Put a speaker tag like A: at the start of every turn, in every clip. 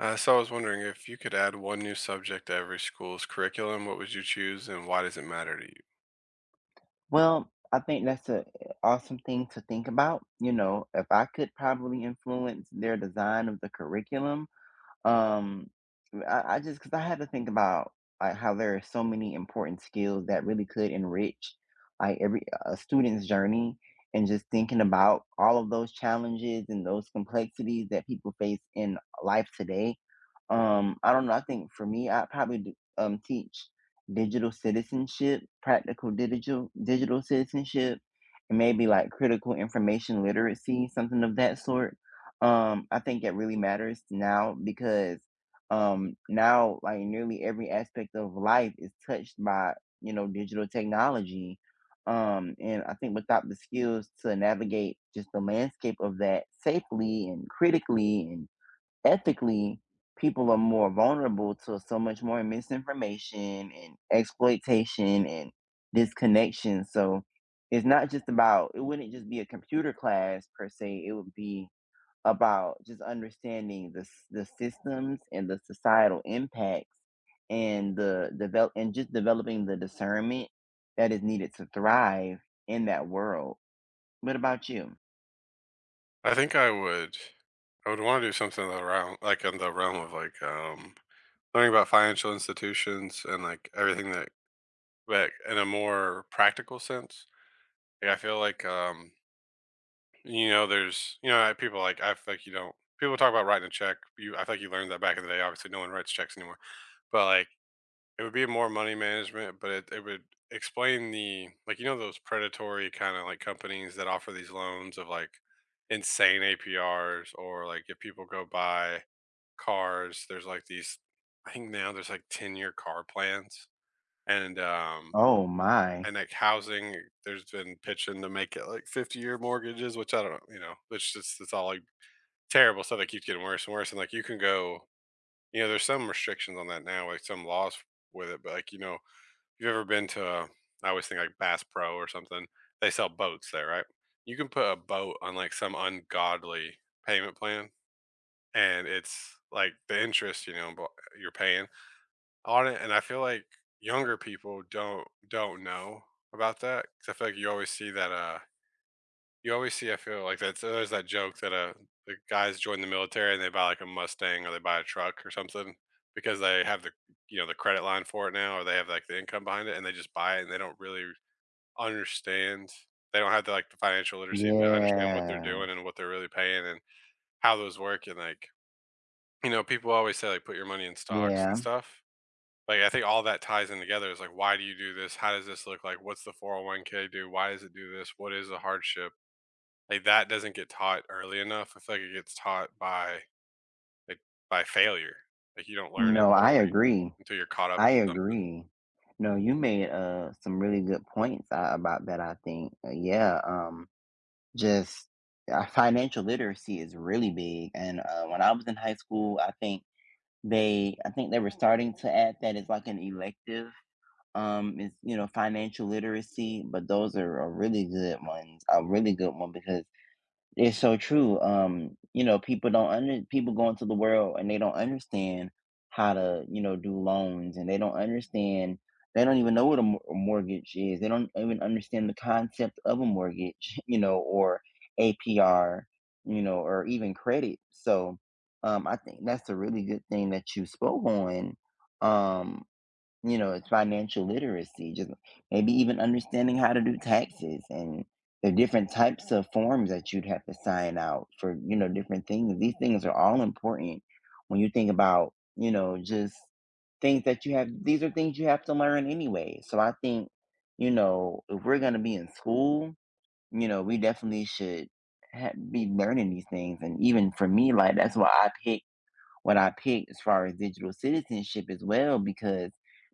A: So I was wondering, if you could add one new subject to every school's curriculum, what would you choose and why does it matter to you?
B: Well, I think that's a awesome thing to think about. You know, if I could probably influence their design of the curriculum, um, I just because I had to think about like how there are so many important skills that really could enrich like every a student's journey, and just thinking about all of those challenges and those complexities that people face in life today. I don't know. I think for me, I probably teach digital citizenship, practical digital citizenship, and maybe like critical information literacy, something of that sort. I think it really matters now because now like nearly every aspect of life is touched by, you know, digital technology. And I think without the skills to navigate just the landscape of that safely and critically and ethically, people are more vulnerable to so much more misinformation and exploitation and disconnection. So it's not just about, it wouldn't just be a computer class per se, it would be about just understanding the systems and the societal impacts and the develop and just developing the discernment that is needed to thrive in that world. What about you?
A: I think I would want to do something around, like, in the realm of, like, learning about financial institutions and like everything that, like, in a more practical sense. Like, I feel like, you know, there's you know I- people like I feel like you don't people talk about writing a check. You I feel like you learned that back in the day. Obviously no one writes checks anymore. But like, it would be more money management, but it would explain, the like, you know, those predatory kind of, like, companies that offer these loans of like insane APRs, or like if people go buy cars, there's like these, I think now there's like 10-year car plans, and um
B: Oh my.
A: and like housing, there's been pitching to make it like 50-year mortgages, which I don't know, you know, it's just it's all like terrible stuff that keeps getting worse and worse. And like you can go, you know, there's some restrictions on that now, like some laws with it, but like, you know, you have ever been to I always think like Bass Pro or something. They sell boats there, right? You can put a boat on like some ungodly payment plan, and it's like the interest, you know, you're paying on it. And I feel like younger people don't know about that, because I feel like you always see that. You always see, I feel like that's there's that joke that the guys join the military and they buy like a Mustang or they buy a truck or something because they have the, you know, the credit line for it now, or they have like the income behind it, and they just buy it and they don't really understand. They don't have the, like, the financial literacy, but I understand what they're
B: Yeah.
A: doing and what they're really paying, and how those work, and, like, you know, people always say, like, "Put your money in stocks and
B: Yeah.
A: stuff." Like, I think all that ties in together, is, like, why do you do this? How does this look like? What's the 401k do? Why does it do this? What is the hardship? Like, that doesn't get taught early enough. I feel like it gets taught by, like, by failure. Like, you don't learn
B: No, I
A: until, like,
B: agree.
A: until you're caught up
B: I
A: in
B: agree. No, you made some really good points about that I think. Yeah, just, financial literacy is really big, and when I was in high school, I think they were starting to add that as, like, an elective, is, you know, financial literacy, but those are a really good ones a really good one because it's so true. You know, people don't under people go into the world and they don't understand how to, you know, do loans, and they don't understand, they don't even know what a, a mortgage is. They don't even understand the concept of a mortgage, you know, or APR, you know, or even credit. So, I think that's a really good thing that you spoke on. Um, you know, it's financial literacy, just maybe even understanding how to do taxes and the different types of forms that you'd have to sign out for, you know, different things. These things are all important when you think about, you know, just things that you have, these are things you have to learn anyway. So I think, you know, if we're going to be in school, you know, we definitely should be learning these things. And even for me, like, that's why I pick what I picked as far as digital citizenship as well, because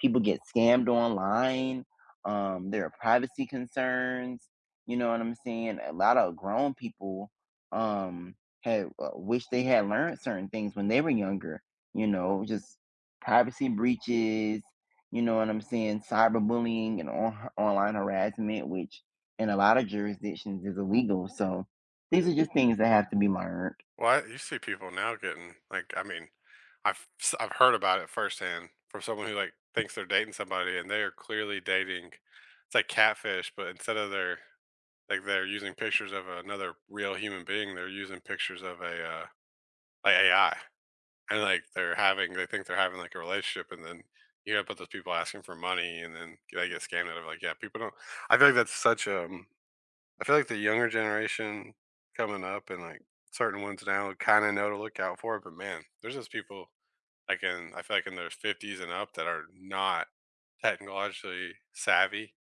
B: people get scammed online. There are privacy concerns. You know what I'm saying? A lot of grown people um, had wish they had learned certain things when they were younger. You know, just privacy breaches. You know what I'm saying? Cyberbullying and online harassment, which in a lot of jurisdictions is illegal. So these are just things that have to be learned.
A: I, you see people now getting, like, I mean, I've heard about it firsthand from someone who, like, thinks they're dating somebody and they are clearly dating. It's like catfish, but instead of their, like, they're using pictures of another real human being, they're using pictures of a like AI, and like they're having, they think they're having like a relationship, and then, you know, but those people asking for money, and then they get scammed out of, like, yeah, people don't. I feel like that's such, I feel like the younger generation coming up and, like, certain ones now kind of know to look out for it, but man, there's just people like in, I feel like in their 50s and up, that are not technologically savvy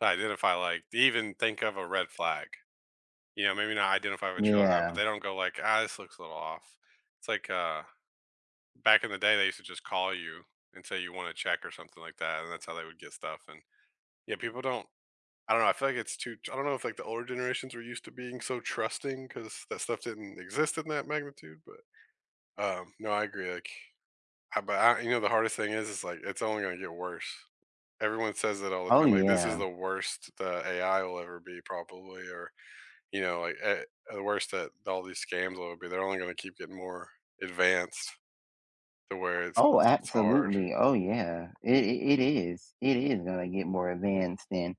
A: to identify, like they even think of a red flag. You know, maybe not identify with children or not, but
B: Yeah.
A: they don't go like, ah, this looks a little off. It's like, back in the day they used to just call you and say you want to check or something like that, and that's how they would get stuff. And yeah, people don't, I don't know, I feel like it's too, I don't know if, like, the older generations were used to being so trusting because that stuff didn't exist in that magnitude, but, no, I agree, like, I but I, you know, the hardest thing is, like, it's only gonna get worse. Everyone says it all the
B: Oh
A: time, like, "This is
B: yeah.
A: the worst the AI will ever be probably," or, you know, like, the worst that all these scams will ever be, they're only gonna keep getting more advanced to where
B: Oh,
A: it's hard.
B: absolutely. Oh, yeah. It is. It is gonna get more advanced, and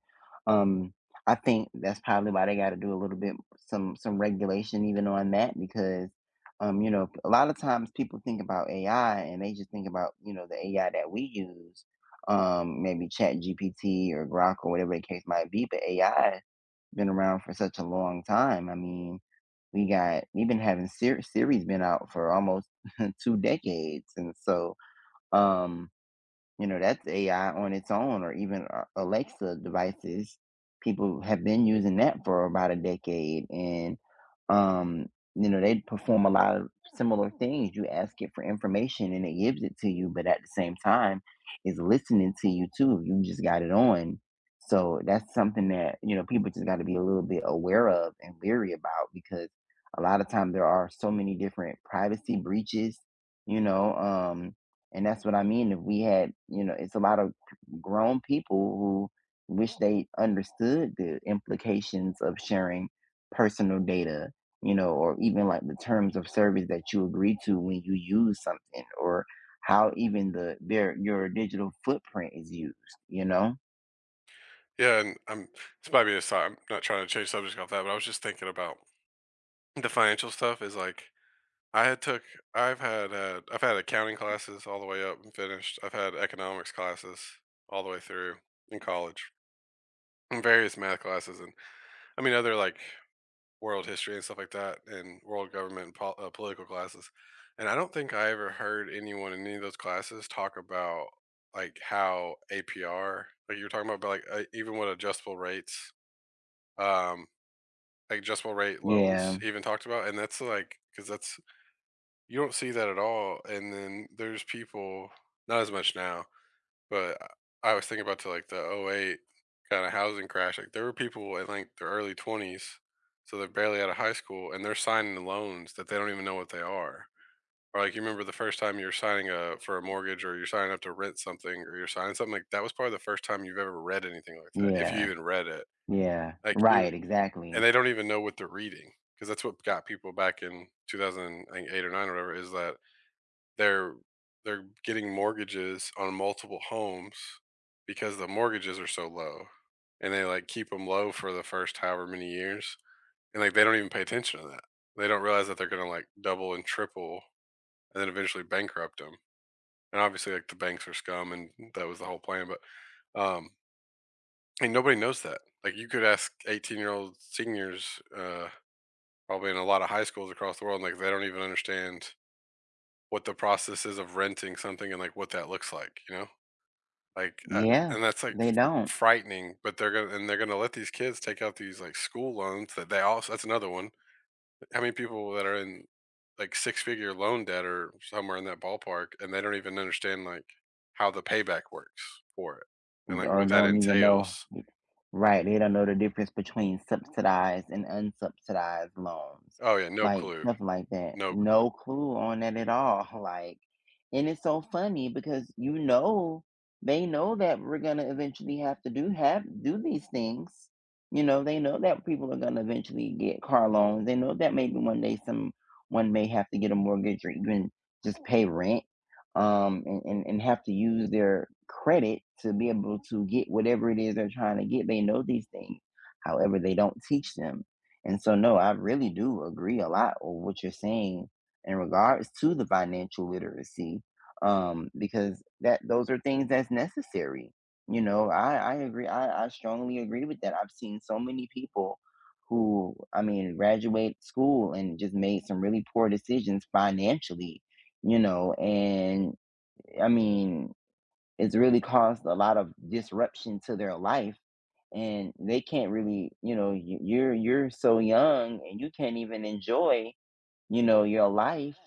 B: um, I think that's probably why they got to do a little bit, some regulation even on that, because you know, a lot of times people think about AI and they just think about, you know, the AI that we use, maybe Chat GPT or Grok or whatever the case might be. But AI been around for such a long time. I mean, we've been having Siri, Siri's been out for almost 2 decades, and so um, you know, that's AI on its own, or even Alexa devices. People have been using that for about a decade, and um, you know, they perform a lot of similar things. You ask it for information, and it gives it to you, but at the same time, is listening to you too. You just got it on. So that's something that, you know, people just got to be a little bit aware of and leery about, because a lot of time there are so many different privacy breaches, you know um. And that's what I mean. If we had, you know, it's a lot of grown people who wish they understood the implications of sharing personal data, you know, or even like the terms of service that you agree to when you use something, or how even the their your digital footprint is used, you know?
A: Yeah, and I'm, this might be a si I'm not trying to change subjects off that, but I was just thinking about the financial stuff is, like, I had took I've had accounting classes all the way up and finished. I've had economics classes all the way through in college, and various math classes, and I mean, other, like, world history and stuff like that, and world government and political classes, and I don't think I ever heard anyone in any of those classes talk about, like, how APR like you are talking about, but like, even what adjustable rates, um, like, adjustable rate loans
B: Yeah,
A: even talked about, and that's, like, because that's, you don't see that at all, and then there's people, not as much now, but I was thinking about to, like, the '08 kinda housing crash, like, there were people in, like, their early 20s, so they're barely out of high school, and they're signing loans that they don't even know what they are. Or, like, you remember the first time you're signing a for a mortgage, or you're signing up to rent something, or you're signing something, like, that was probably the first time you've ever read anything like that, if you
B: yeah,
A: even read it.
B: yeah.
A: Like, you,
B: Right,
A: and
B: exactly.
A: they don't even know what they're reading because that's what got people back in 2008 or 9 or whatever, is that they're they're getting mortgages on multiple homes because the mortgages are so low, and they, like, keep them low for the first however many years, and, like, they don't even pay attention to that. They don't realize that they're gonna, like, double and triple, and then eventually bankrupt them. And obviously, like, the banks are scum, and that was the whole plan, but, um and nobody knows that. Like, you could ask 18-year-old seniors, probably in a lot of high schools across the world, and like, they don't even understand what the process is of renting something and, like, what that looks like, you know? Like,
B: Yeah,
A: and that's, like,
B: they don't
A: frightening, but they're gonna let these kids take out these, like, school loans that they also, that's another one. How many people that are in, like, six-figure loan debt or somewhere in that ballpark, and they don't even understand, like, how the payback works for it and, like,
B: or
A: what that
B: don't even know.
A: entails.
B: Right, they don't know the difference between subsidized and unsubsidized loans,
A: Oh, yeah, no
B: like,
A: clue,
B: stuff like that.
A: no.
B: No clue on that at all, like, and it's so funny because, you know, they know that we're gonna eventually have to do these things. You know, they know that people are gonna eventually get car loans. They know that maybe one day some one may have to get a mortgage, or even just pay rent, and have to use their credit to be able to get whatever it is they're trying to get. They know these things. However, they don't teach them. And so no, I really do agree a lot with what you're saying in regards to the financial literacy, because that those are things that's necessary. You know, I agree. I strongly agree with that. I've seen so many people who, I mean, graduate school and just made some really poor decisions financially. You know, and I mean, it's really caused a lot of disruption to their life. And they can't really, you know, you're so young and you can't even enjoy, you know, your life,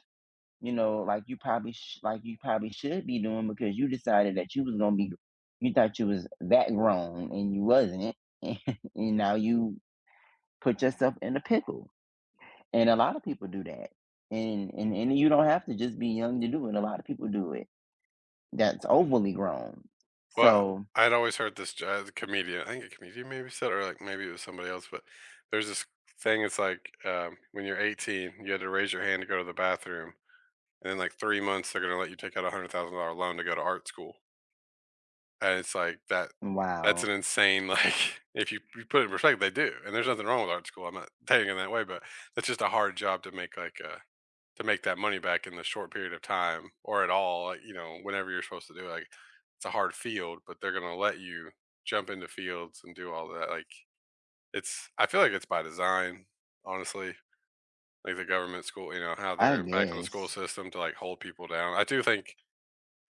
B: you know, like you probably like you probably should be doing, because you decided that you was gonna be, you thought you was that grown and you wasn't, and now you put yourself in a pickle. And a lot of people do that, and you don't have to just be young to do it. A lot of people do it. That's overly grown.
A: But
B: So
A: I'd always heard this, j comedian, I think a comedian maybe said, or, like, maybe it was somebody else, but there's this thing, it's like, when you're 18, you had to raise your hand to go to the bathroom, and in like 3 months they're gonna let you take out $100,000 loan to go to art school, and it's like that, that's
B: wow,
A: an insane, like, if you, you put it in perspective, they do, and there's nothing wrong with art school, I'm not taking it that way, but that's just a hard job to make, like, to make that money back in the short period of time, or at all, like, you know, whenever you're supposed to do it, like, it's a hard field, but they're gonna let you jump into fields and do all that, like, it's, I feel like it's by design, honestly, like the government school, you know how
B: I
A: they're impacting the school
B: guess.
A: system to like hold people down, I do think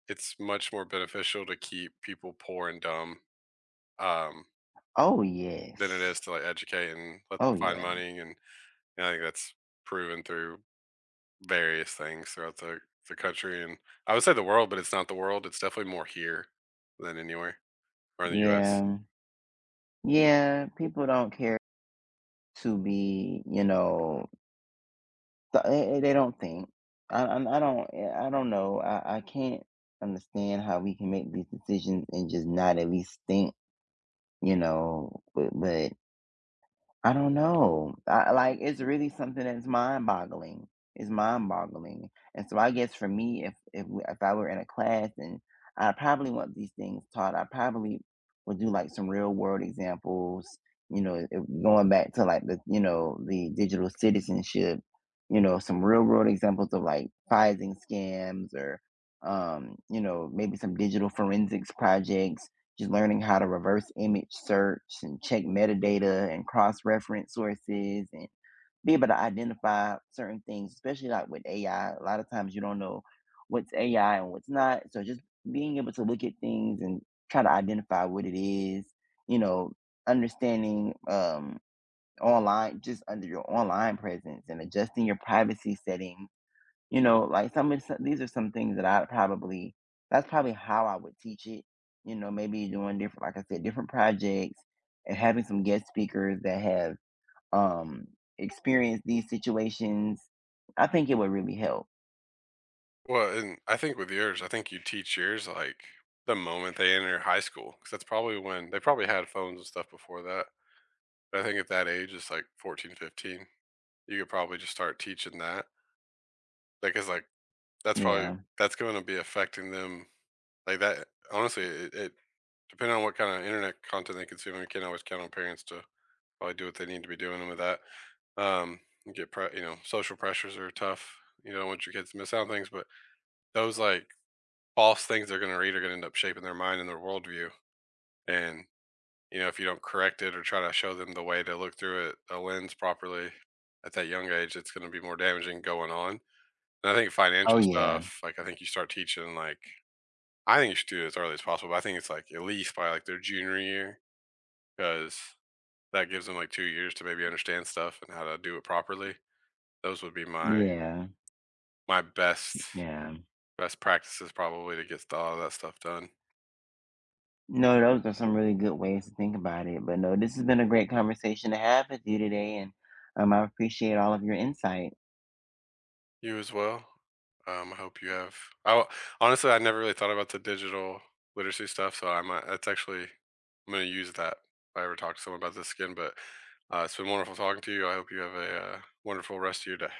A: it's much more beneficial to keep people poor and dumb, um,
B: Oh
A: than it
B: yes.
A: is to like educate and let
B: Oh
A: them find
B: yeah.
A: money. And I think that's proven through various things throughout the country. And I would say the world, but it's not the world. It's definitely more here than anywhere, or in the US.
B: Yeah. Yeah. People don't care to be, you know, they don't think. I don't, yeah, I don't know. I can't understand how we can make these decisions and just not at least think, you know, but I don't know. I, like, it's really something that's mind-boggling. It's mind-boggling, and so I guess for me, if I were in a class and I probably want these things taught, I probably would do like some real world examples. You know, if, going back to like the digital citizenship. You know, some real world examples of like phishing scams, or you know, maybe some digital forensics projects, just learning how to reverse image search and check metadata and cross reference sources and be able to identify certain things, especially like with AI. A lot of times you don't know what's AI and what's not. So just being able to look at things and try to identify what it is, you know, understanding online, just under your online presence and adjusting your privacy settings, you know, like some these are some things that I probably, that's probably how I would teach it. You know, maybe doing different, like I said, different projects and having some guest speakers that have um experienced these situations. I think it would really help.
A: Well, and I think with yours, I think you teach yours like the moment they enter high school, because that's probably when they probably had phones and stuff before that. But I think at that age, it's like 14, 15, you could probably just start teaching that. Like, it's like, that's probably,
B: Yeah.
A: that's gonna be affecting them like that, honestly, it depending on what kinda internet content they consume, you can't always count on parents to probably do what they need to be doing with that. Um, you get pre you know, social pressures are tough. You don't want your kids to miss out on things, but those, like, false things they're gonna read are gonna end up shaping their mind and their worldview, and, you know, if you don't correct it or try to show them the way to look through it, a lens properly at that young age, it's gonna be more damaging going on. And I think
B: Oh
A: financial
B: yeah.
A: stuff, like, I think you start teaching, like, I think you should do it as early as possible, but I think it's, like, at least by, like, their junior year, because that gives them, like, 2 years to maybe understand stuff and how to do it properly. Those would be my
B: Yeah.
A: my best
B: Yeah.
A: best practices probably to get all of that stuff done.
B: No, those are some really good ways to think about it. But no, this has been a great conversation to have with you today, and I appreciate all of your insight.
A: You as well? I hope you have, oh, honestly, I never really thought about the digital literacy stuff, so I might, that's actually, I'm gonna use that if I ever talk to someone about this again, but, it's been wonderful talking to you. I hope you have a, wonderful rest of your day.